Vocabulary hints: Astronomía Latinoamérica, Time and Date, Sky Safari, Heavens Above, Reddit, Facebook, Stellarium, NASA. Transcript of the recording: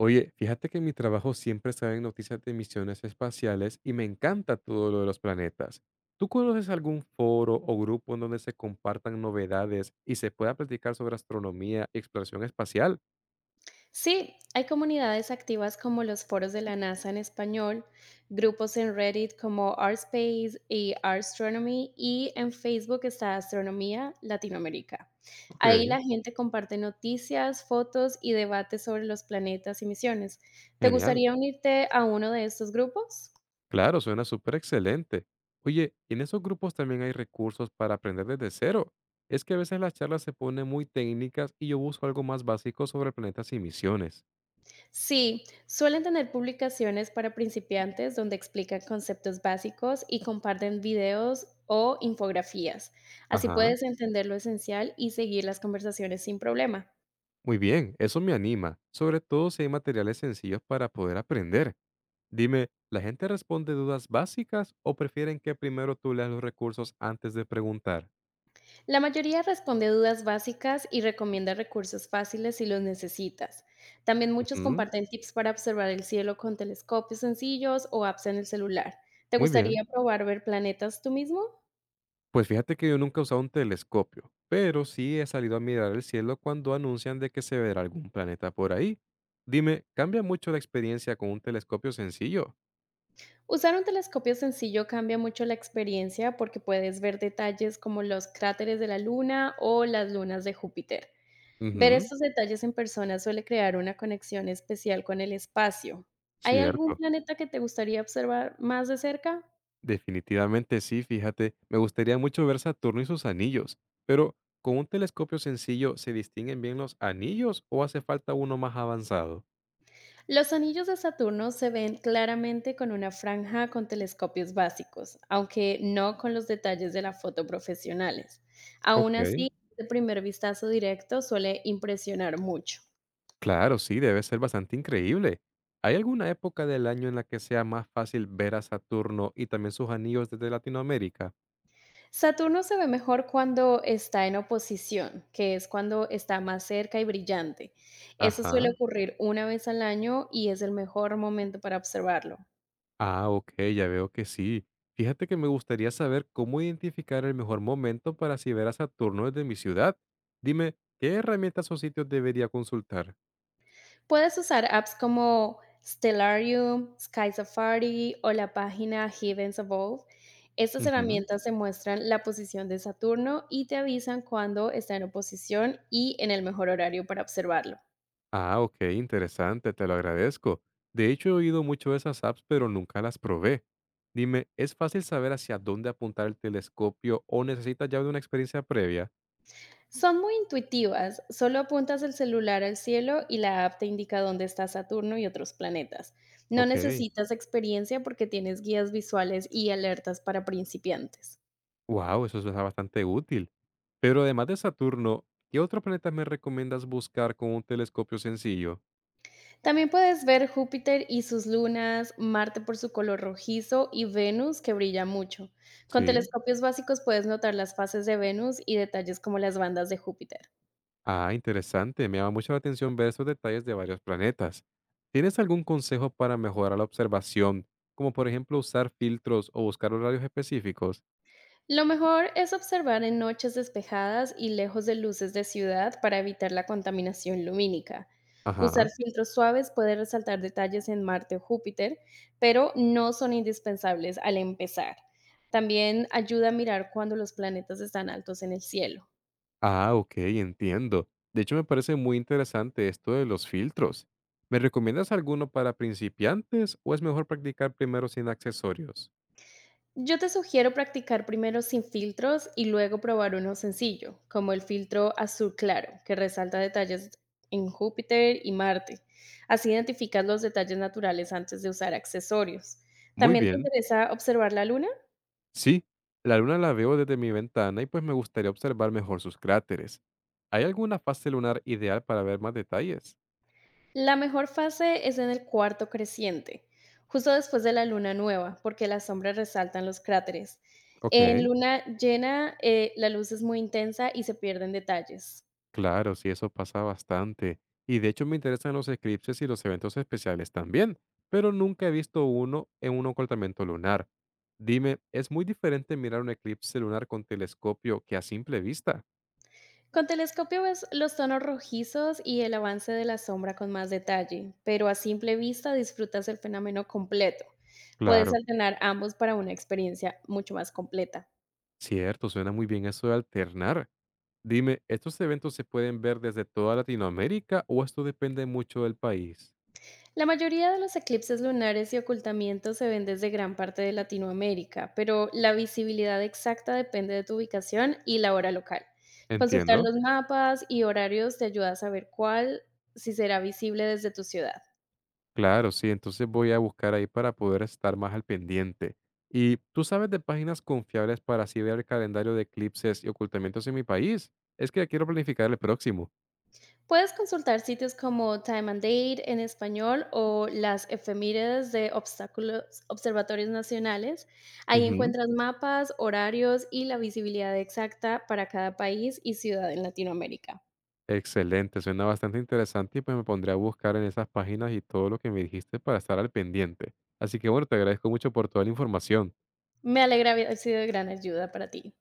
Oye, fíjate que en mi trabajo siempre salen noticias de misiones espaciales y me encanta todo lo de los planetas. ¿Tú conoces algún foro o grupo en donde se compartan novedades y se pueda platicar sobre astronomía y exploración espacial? Sí, hay comunidades activas como los foros de la NASA en español, grupos en Reddit como Space y Astronomy y en Facebook está Astronomía Latinoamérica. Ok, Ahí la gente comparte noticias, fotos y debates sobre los planetas y misiones. ¿Te genial. gustaría unirte a uno de estos grupos? Claro, suena súper excelente. Oye, ¿y en esos grupos también hay recursos para aprender desde cero? Es que a veces las charlas se ponen muy técnicas y yo busco algo más básico sobre planetas y misiones. Sí, suelen tener publicaciones para principiantes donde explican conceptos básicos y comparten videos o infografías. Así Ajá. puedes entender lo esencial y seguir las conversaciones sin problema. Muy bien, eso me anima, sobre todo si hay materiales sencillos para poder aprender. Dime, ¿la gente responde dudas básicas o prefieren que primero tú leas los recursos antes de preguntar? La mayoría responde dudas básicas y recomienda recursos fáciles si los necesitas. También muchos Ujú, comparten tips para observar el cielo con telescopios sencillos o apps en el celular. ¿Te muy bien. gustaría probar ver planetas tú mismo? Pues fíjate que yo nunca he usado un telescopio, pero sí he salido a mirar el cielo cuando anuncian de que se verá algún planeta por ahí. Dime, ¿cambia mucho la experiencia con un telescopio sencillo? Usar un telescopio sencillo cambia mucho la experiencia porque puedes ver detalles como los cráteres de la Luna o las lunas de Júpiter. Ver Ujú, estos detalles en persona suele crear una conexión especial con el espacio. ¿Hay algún cierto. planeta que te gustaría observar más de cerca? Definitivamente sí, fíjate, me gustaría mucho ver Saturno y sus anillos, pero ¿con un telescopio sencillo se distinguen bien los anillos o hace falta uno más avanzado? Los anillos de Saturno se ven claramente con una franja con telescopios básicos, aunque no con los detalles de la foto profesionales. Aún Ok. así, el primer vistazo directo suele impresionar mucho. Claro, sí, debe ser bastante increíble. ¿Hay alguna época del año en la que sea más fácil ver a Saturno y también sus anillos desde Latinoamérica? Saturno se ve mejor cuando está en oposición, que es cuando está más cerca y brillante. Eso suele Ajá. ocurrir una vez al año y es el mejor momento para observarlo. Ah, ok, ya veo que sí. Fíjate que me gustaría saber cómo identificar el mejor momento para así ver a Saturno desde mi ciudad. Dime, ¿qué herramientas o sitios debería consultar? Puedes usar apps como Stellarium, Sky Safari o la página Heavens Above. Estas Ujú. herramientas te muestran la posición de Saturno y te avisan cuando está en oposición y en el mejor horario para observarlo. Ah, ok, interesante, te lo agradezco. De hecho, he oído mucho de esas apps, pero nunca las probé. Dime, ¿es fácil saber hacia dónde apuntar el telescopio o necesitas ya de una experiencia previa? Son muy intuitivas, solo apuntas el celular al cielo y la app te indica dónde está Saturno y otros planetas. No Ok, necesitas experiencia porque tienes guías visuales y alertas para principiantes. wow, eso suena bastante útil. Pero además de Saturno, ¿qué otros planetas me recomiendas buscar con un telescopio sencillo? También puedes ver Júpiter y sus lunas, Marte por su color rojizo y Venus que brilla mucho. Con Sí. telescopios básicos puedes notar las fases de Venus y detalles como las bandas de Júpiter. Ah, interesante. Me llama mucho la atención ver esos detalles de varios planetas. ¿Tienes algún consejo para mejorar la observación, como por ejemplo usar filtros o buscar horarios específicos? Lo mejor es observar en noches despejadas y lejos de luces de ciudad para evitar la contaminación lumínica. Usar Ajá. filtros suaves puede resaltar detalles en Marte o Júpiter, pero no son indispensables al empezar. También ayuda a mirar cuando los planetas están altos en el cielo. Ah, ok, entiendo. De hecho, me parece muy interesante esto de los filtros. ¿Me recomiendas alguno para principiantes o es mejor practicar primero sin accesorios? Yo te sugiero practicar primero sin filtros y luego probar uno sencillo, como el filtro azul claro, que resalta detalles en Júpiter y Marte. Así identificas los detalles naturales antes de usar accesorios. Muy ¿También te bien. interesa observar la luna? Sí, la luna la veo desde mi ventana y pues me gustaría observar mejor sus cráteres. ¿Hay alguna fase lunar ideal para ver más detalles? La mejor fase es en el cuarto creciente, justo después de la luna nueva, porque las sombras resaltan los cráteres. Ok. En luna llena, la luz es muy intensa y se pierden detalles. Claro, sí, eso pasa bastante. Y de hecho me interesan los eclipses y los eventos especiales también, pero nunca he visto uno en un ocultamiento lunar. Dime, ¿es muy diferente mirar un eclipse lunar con telescopio que a simple vista? Con telescopio ves los tonos rojizos y el avance de la sombra con más detalle, pero a simple vista disfrutas el fenómeno completo. Puedes Claro, alternar ambos para una experiencia mucho más completa. cierto, suena muy bien eso de alternar. Dime, ¿estos eventos se pueden ver desde toda Latinoamérica o esto depende mucho del país? La mayoría de los eclipses lunares y ocultamientos se ven desde gran parte de Latinoamérica, pero la visibilidad exacta depende de tu ubicación y la hora local. Consultar Entiendo. los mapas y horarios te ayuda a saber cuál si será visible desde tu ciudad. Claro, sí, entonces voy a buscar ahí para poder estar más al pendiente. ¿Y tú sabes de páginas confiables para así ver el calendario de eclipses y ocultamientos en mi país? Es que ya quiero planificar el próximo. Puedes consultar sitios como Time and Date en español o las efemérides de obstáculos, observatorios nacionales. Ahí Ujú. encuentras mapas, horarios y la visibilidad exacta para cada país y ciudad en Latinoamérica. Excelente, suena bastante interesante y pues me pondré a buscar en esas páginas y todo lo que me dijiste para estar al pendiente. Así que bueno, te agradezco mucho por toda la información. Me alegra haber sido de gran ayuda para ti.